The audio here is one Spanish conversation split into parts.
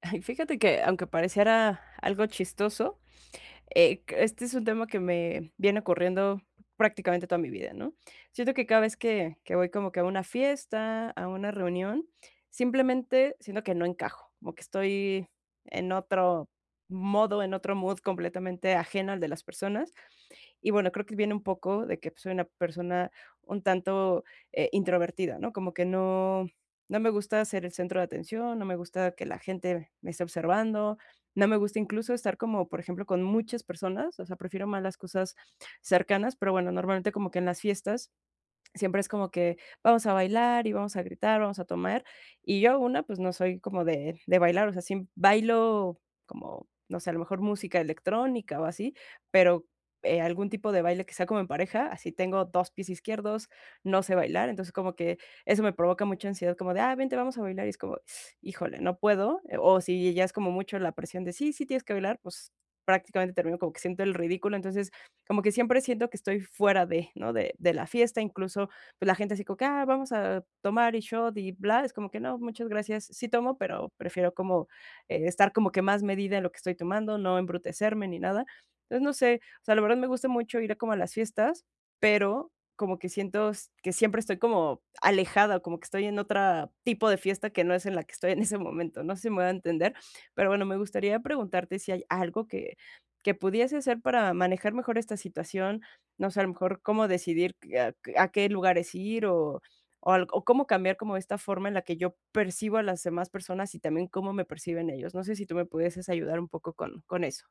Ay, fíjate que, aunque pareciera algo chistoso, este es un tema que me viene ocurriendo prácticamente toda mi vida, ¿no? Siento que cada vez que voy como que a una fiesta, a una reunión, simplemente siento que no encajo, como que estoy en otro modo, en otro mood completamente ajeno al de las personas. Y bueno, creo que viene un poco de que, pues, soy una persona un tanto, introvertida, ¿no? Como que no me gusta ser el centro de atención, no me gusta que la gente me esté observando, no me gusta incluso estar como, por ejemplo, con muchas personas, o sea, prefiero más las cosas cercanas, pero bueno, normalmente como que en las fiestas siempre es como que vamos a bailar y vamos a gritar, vamos a tomar. Y yo, una, pues no soy como de bailar, o sea, sí bailo como, no sé, a lo mejor música electrónica o así, pero, algún tipo de baile que sea como en pareja, así tengo 2 pies izquierdos, no sé bailar, entonces como que eso me provoca mucha ansiedad, como de: "Ah, vente, vamos a bailar", y es como: "Híjole, no puedo". O si ya es como mucho la presión de: "Sí, sí, tienes que bailar", pues prácticamente termino como que siento el ridículo. Entonces como que siempre siento que estoy fuera de, ¿no? De la fiesta. Incluso, pues, la gente así como que: "Ah, vamos a tomar y shot y bla", es como que: "No, muchas gracias, sí tomo, pero prefiero como, estar como que más medida en lo que estoy tomando, no embrutecerme ni nada". Entonces, no sé, o sea, la verdad me gusta mucho ir a como a las fiestas, pero como que siento s que siempre estoy como alejada, como que estoy en otra tipo de fiesta que no es en la que estoy en ese momento, no sé si me voy a entender, pero bueno, me gustaría preguntarte si hay algo que pudiese hacer para manejar mejor esta situación. No sé, a lo mejor cómo decidir a qué lugares ir o cómo cambiar como esta forma en la que yo percibo a las demás personas y también cómo me perciben ellos. No sé si tú me pudieses ayudar un poco con eso.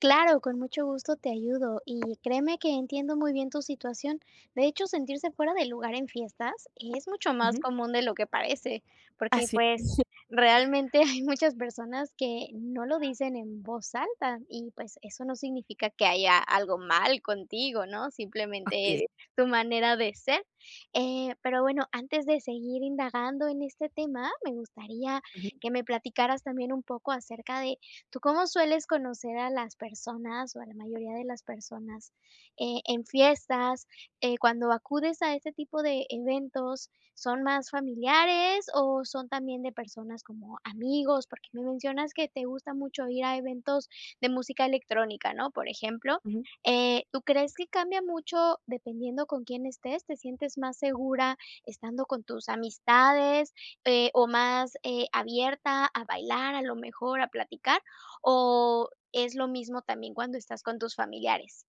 Claro, con mucho gusto te ayudo y créeme que entiendo muy bien tu situación. De hecho, sentirse fuera de lugar en fiestas es mucho más Ujú. común de lo que parece, Ah, porque sí. pues realmente hay muchas personas que no lo dicen en voz alta y pues eso no significa que haya algo mal contigo, ¿no? Simplemente es tu manera de ser. Pero bueno, antes de seguir indagando en este tema, me gustaría Ujú, que me platicaras también un poco acerca de. ¿Tú cómo sueles conocer a las personas o a la mayoría de las personas, en fiestas? Cuando acudes a este tipo de eventos, ¿son más familiares o son también de personas como amigos? Porque me mencionas que te gusta mucho ir a eventos de música electrónica, ¿no? Por ejemplo, ujú. ¿Tú crees que cambia mucho dependiendo con quién estés? ¿Te sientes más segura estando con tus amistades, o más, abierta a bailar, a lo mejor a platicar? ¿O es lo mismo también cuando estás con tus familiares?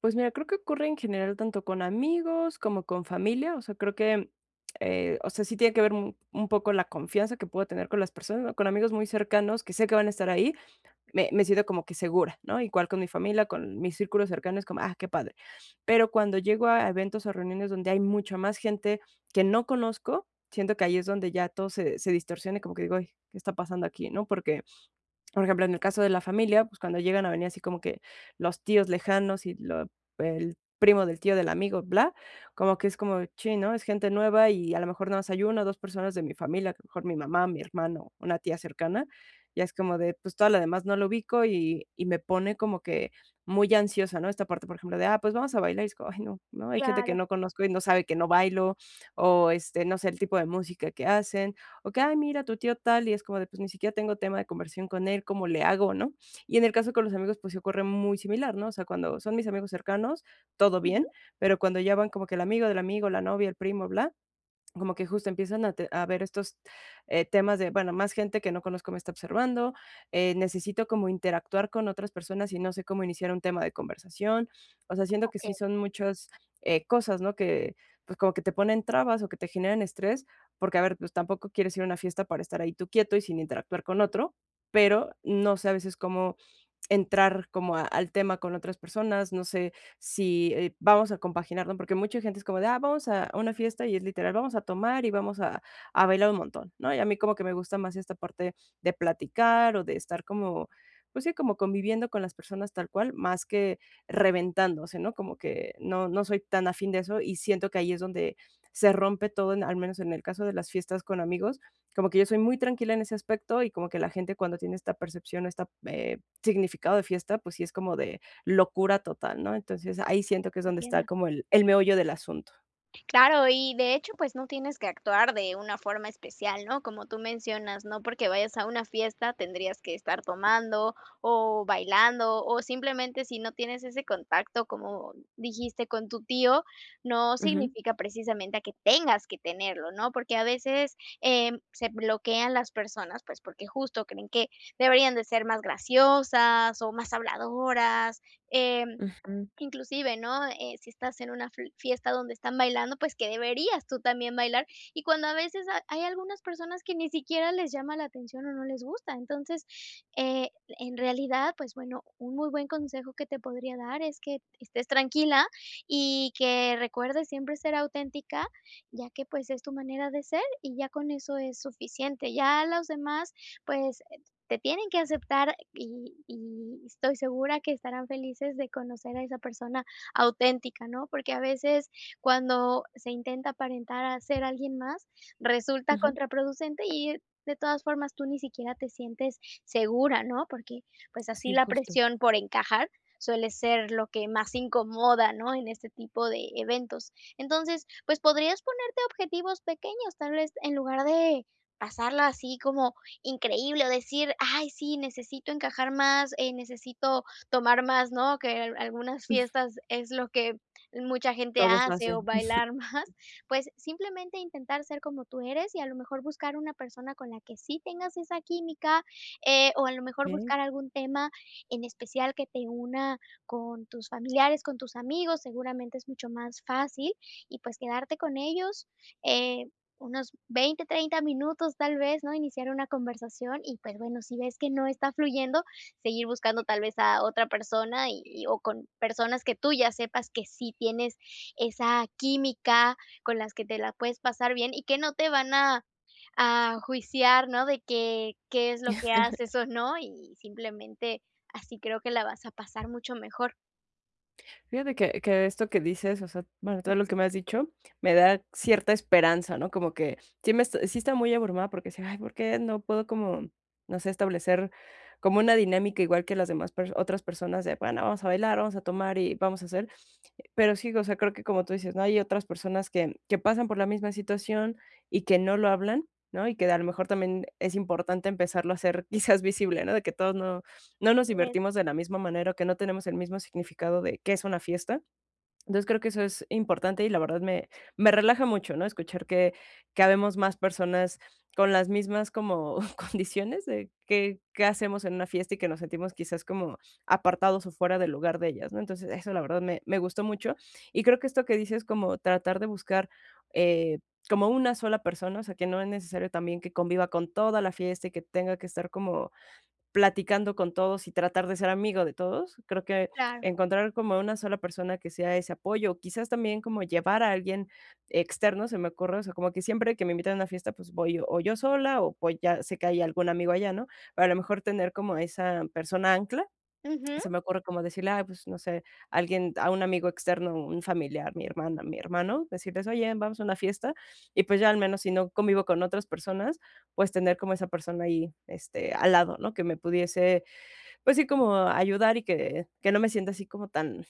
Pues mira, creo que ocurre en general tanto con amigos como con familia, o sea, creo que, o sea, sí tiene que ver un poco la confianza que puedo tener con las personas, ¿no? Con amigos muy cercanos que sé que van a estar ahí, me siento como que segura, ¿no? Igual con mi familia, con mis círculos cercanos, como, ah, qué padre. Pero cuando llego a eventos o reuniones donde hay mucha más gente que no conozco, siento que ahí es donde ya todo se distorsiona, y como que digo: "Ay, ¿qué está pasando aquí?", ¿no? Porque, por ejemplo, en el caso de la familia, pues, cuando llegan a venir así como que los tíos lejanos y lo el primo del tío del amigo, bla, como que es como, chin, ¿no? Es gente nueva y a lo mejor nada más hay 1 o 2 personas de mi familia, que a lo mejor mi mamá, mi hermano, una tía cercana, ya es como de, pues, toda la demás no lo ubico y me pone como que muy ansiosa, ¿no? Esta parte, por ejemplo, de, ah, pues, vamos a bailar, y es como, ay, no, ¿no? Hay gente que Claro. no conozco y no sabe que no bailo, o, este, no sé, el tipo de música que hacen, o que: "Ay, mira, tu tío tal", y es como de, pues, ni siquiera tengo tema de conversión con él, ¿cómo le hago?, ¿no? Y en el caso con los amigos, pues, sí ocurre muy similar, ¿no? O sea, cuando son mis amigos cercanos, todo Ujú. bien, pero cuando ya van como que el amigo del amigo, la novia, el primo, bla, como que justo empiezan a te a ver estos, temas de, bueno, más gente que no conozco me está observando, necesito como interactuar con otras personas y no sé cómo iniciar un tema de conversación. O sea, siento que Okey, sí son muchas, cosas, ¿no? Que, pues, como que te ponen trabas o que te generan estrés, porque, a ver, pues, tampoco quieres ir a una fiesta para estar ahí tú quieto y sin interactuar con otro, pero no sé a veces cómo entrar como a al tema con otras personas, no sé si, vamos a compaginarlo, porque mucha gente es como de: "Ah, vamos a una fiesta", y es literal, vamos a tomar y vamos a bailar un montón, ¿no? Y a mí como que me gusta más esta parte de platicar o de estar como, pues sí, como conviviendo con las personas tal cual, más que reventándose, ¿no? Como que no soy tan afín de eso, y siento que ahí es donde se rompe todo, en al menos en el caso de las fiestas con amigos, como que yo soy muy tranquila en ese aspecto, y como que la gente cuando tiene esta percepción, esta, significado de fiesta, pues sí es como de locura total, ¿no? Entonces, ahí siento que es donde está entiendo. como el meollo del asunto. Claro, y de hecho, pues no tienes que actuar de una forma especial, ¿no? Como tú mencionas, no porque vayas a una fiesta tendrías que estar tomando o bailando o simplemente si no tienes ese contacto, como dijiste, con tu tío, no Ujú, significa precisamente a que tengas que tenerlo, ¿no? Porque a veces se bloquean las personas, pues porque justo creen que deberían de ser más graciosas o más habladoras. em, ujú, Inclusive, ¿no? Si estás en una fl fiesta donde están bailando, pues que deberías tú también bailar, y cuando a veces ha hay algunas personas que ni siquiera les llama la atención o no les gusta. Entonces, eh, en realidad, pues bueno, un muy buen consejo que te podría dar es que estés tranquila y que recuerdes siempre ser auténtica, ya que, pues, es tu manera de ser y ya con eso es suficiente. Ya los demás, pues, te tienen que aceptar y estoy segura que estarán felices de conocer a esa persona auténtica, ¿no? Porque a veces cuando se intenta aparentar a ser alguien más, resulta ujú. contraproducente y de todas formas tú ni siquiera te sientes segura, ¿no? Porque pues así Sí, la justo. presión por encajar suele ser lo que más incomoda, ¿no? En este tipo de eventos. Entonces, pues podrías ponerte objetivos pequeños, tal vez en lugar de pasarla así como increíble o decir: "Ay, sí, necesito encajar más, necesito tomar más", ¿no? Que al algunas fiestas es lo que mucha gente Todos hace o hacen. bailar más. Pues simplemente intentar ser como tú eres y a lo mejor buscar una persona con la que sí tengas esa química, o a lo mejor Okey. buscar algún tema en especial que te una con tus familiares, con tus amigos, seguramente es mucho más fácil y, pues, quedarte con ellos, eh, unos 20 30 minutos tal vez, ¿no? Iniciar una conversación y, pues, bueno, si ves que no está fluyendo, seguir buscando tal vez a otra persona y o con personas que tú ya sepas que sí tienes esa química, con las que te la puedes pasar bien y que no te van a juiciar, ¿no? De que qué es lo que haces o no, y simplemente así creo que la vas a pasar mucho mejor. Fíjate que esto que dices, o sea, bueno, todo lo que me has dicho me da cierta esperanza, ¿no? Como que sí me sí está muy abrumada porque decía: "Ay, ¿por qué no puedo como, no sé, establecer como una dinámica igual que las demás per otras personas de, bueno, vamos a bailar, vamos a tomar y vamos a hacer?". Pero sí, o sea, creo que como tú dices, ¿no? Hay otras personas que pasan por la misma situación y que no lo hablan, ¿no? Y que a lo mejor también es importante empezarlo a hacer quizás visible, ¿no? De que todos no nos Sí, divertimos de la misma manera, o que no tenemos el mismo significado de qué es una fiesta. Entonces, creo que eso es importante y la verdad me relaja mucho, ¿no? Escuchar que habemos más personas con las mismas como condiciones de qué hacemos en una fiesta y que nos sentimos quizás como apartados o fuera del lugar de ellas, ¿no? Entonces, eso la verdad me gustó mucho. Y creo que esto que dices como tratar de buscar, eh, como una sola persona, o sea, que no es necesario también que conviva con toda la fiesta y que tenga que estar como platicando con todos y tratar de ser amigo de todos. Creo que claro. encontrar como una sola persona que sea ese apoyo, o quizás también como llevar a alguien externo, se me ocurre, o sea, como que siempre que me invitan a una fiesta, pues voy o yo sola o pues ya sé que hay algún amigo allá, ¿no? Pero a lo mejor tener como esa persona ancla, Ujú. se me ocurre como decirle, ay, pues, no sé, alguien, a un amigo externo, un familiar, mi hermana, mi hermano, decirles, oye, vamos a una fiesta, y pues ya al menos si no convivo con otras personas, pues tener como esa persona ahí, este, al lado, ¿no? Que me pudiese, pues sí, como ayudar y que no me sienta así como tan,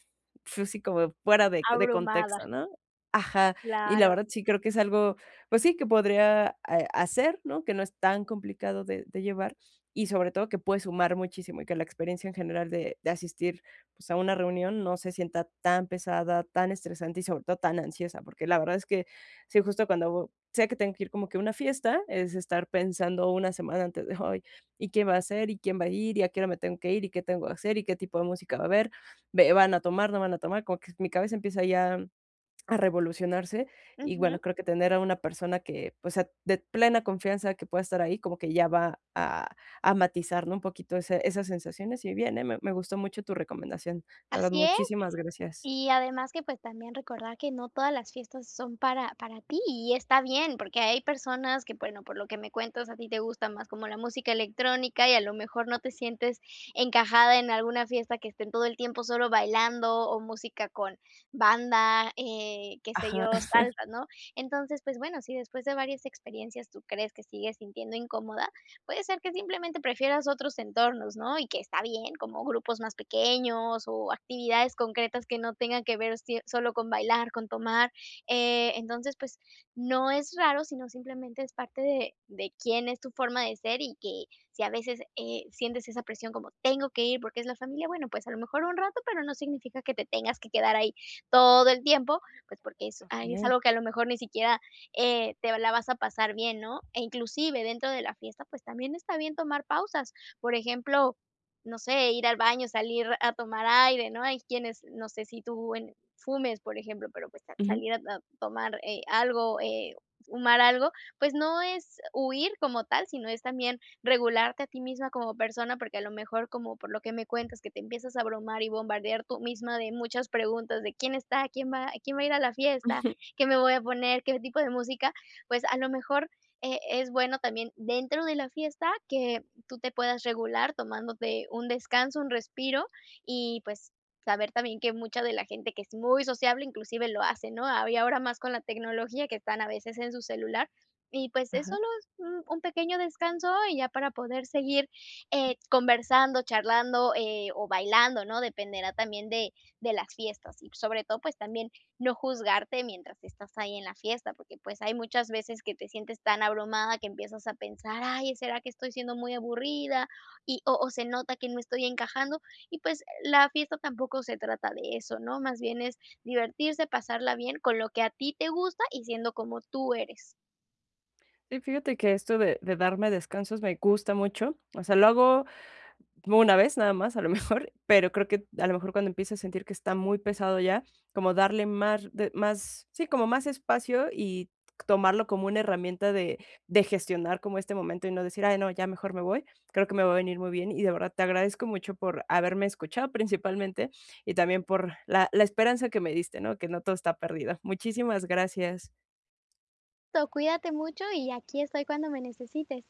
así como fuera de Abrumada, contexto, ¿no? Ajá, y la claro. verdad sí creo que es algo, pues sí, que podría, hacer, ¿no? Que no es tan complicado de llevar, y sobre todo que puede sumar muchísimo y que la experiencia en general de asistir, pues, a una reunión no se sienta tan pesada, tan estresante y sobre todo tan ansiosa, porque la verdad es que sí, justo cuando sé que tengo que ir como que a una fiesta, es estar pensando una semana antes de: "Ay, y quién va a hacer y quién va a ir, y a qué hora me tengo que ir, y qué tengo que hacer, y qué tipo de música va a haber, ve van a tomar, no van a tomar", como que mi cabeza empieza ya a revolucionarse. Y Ujú. bueno, creo que tener a una persona que, pues sea, de plena confianza que pueda estar ahí, como que ya va a matizar, ¿no? Un poquito ese esas sensaciones. Y bien, ¿eh? Me gustó mucho tu recomendación. La verdad, Así es. muchísimas gracias. Y además que, pues, también recordar que no todas las fiestas son para ti, y está bien, porque hay personas que, bueno, por lo que me cuentas, a ti te gusta más como la música electrónica y a lo mejor no te sientes encajada en alguna fiesta que estén todo el tiempo solo bailando o música con banda, qué sé Ajá. yo, salsa, ¿no? Entonces, pues, bueno, si después de varias experiencias tú crees que sigues sintiendo incómoda, puede ser que simplemente prefieras otros entornos, ¿no? Y que está bien, como grupos más pequeños o actividades concretas que no tengan que ver sie- solo con bailar, con tomar. Entonces, pues no es raro, sino simplemente es parte de quién es tu forma de ser y que si a veces sientes esa presión como tengo que ir porque es la familia, bueno, pues a lo mejor un rato, pero no significa que te tengas que quedar ahí todo el tiempo, pues porque es, es Okey. algo que a lo mejor ni siquiera te la vas a pasar bien, ¿no? E inclusive dentro de la fiesta, pues también está bien tomar pausas. Por ejemplo, no sé, ir al baño, salir a tomar aire, ¿no? Hay quienes, no sé si tú fumes, por ejemplo, pero pues sa- Ujú. salir a tomar algo, fumar algo, pues no es huir como tal, sino es también regularte a ti misma como persona, porque a lo mejor como por lo que me cuentas, que te empiezas a bromar y bombardear tú misma de muchas preguntas de quién está, quién va a ir a la fiesta, qué me voy a poner, qué tipo de música, pues a lo mejor es bueno también dentro de la fiesta que tú te puedas regular tomándote un descanso, un respiro y pues saber también que mucha de la gente que es muy sociable inclusive lo hace, ¿no? Y ahora más con la tecnología que están a veces en su celular. Y pues es Ajá. solo un pequeño descanso y ya para poder seguir conversando, charlando o bailando, ¿no? Dependerá también de las fiestas y sobre todo pues también no juzgarte mientras estás ahí en la fiesta, porque pues hay muchas veces que te sientes tan abrumada que empiezas a pensar, ay, ¿será que estoy siendo muy aburrida? Y, o se nota que no estoy encajando. Y pues la fiesta tampoco se trata de eso, ¿no? Más bien es divertirse, pasarla bien con lo que a ti te gusta y siendo como tú eres. Sí, fíjate que esto de darme descansos me gusta mucho. O sea, lo hago una vez nada más, a lo mejor, pero creo que a lo mejor cuando empiece a sentir que está muy pesado ya, como darle más de más, sí, como más espacio, y tomarlo como una herramienta de gestionar como este momento y no decir: "Ay, no, ya mejor me voy". Creo que me va a venir muy bien y de verdad te agradezco mucho por haberme escuchado principalmente, y también por la esperanza que me diste, ¿no? Que no todo está perdido. Muchísimas gracias. Cuídate mucho y aquí estoy cuando me necesites.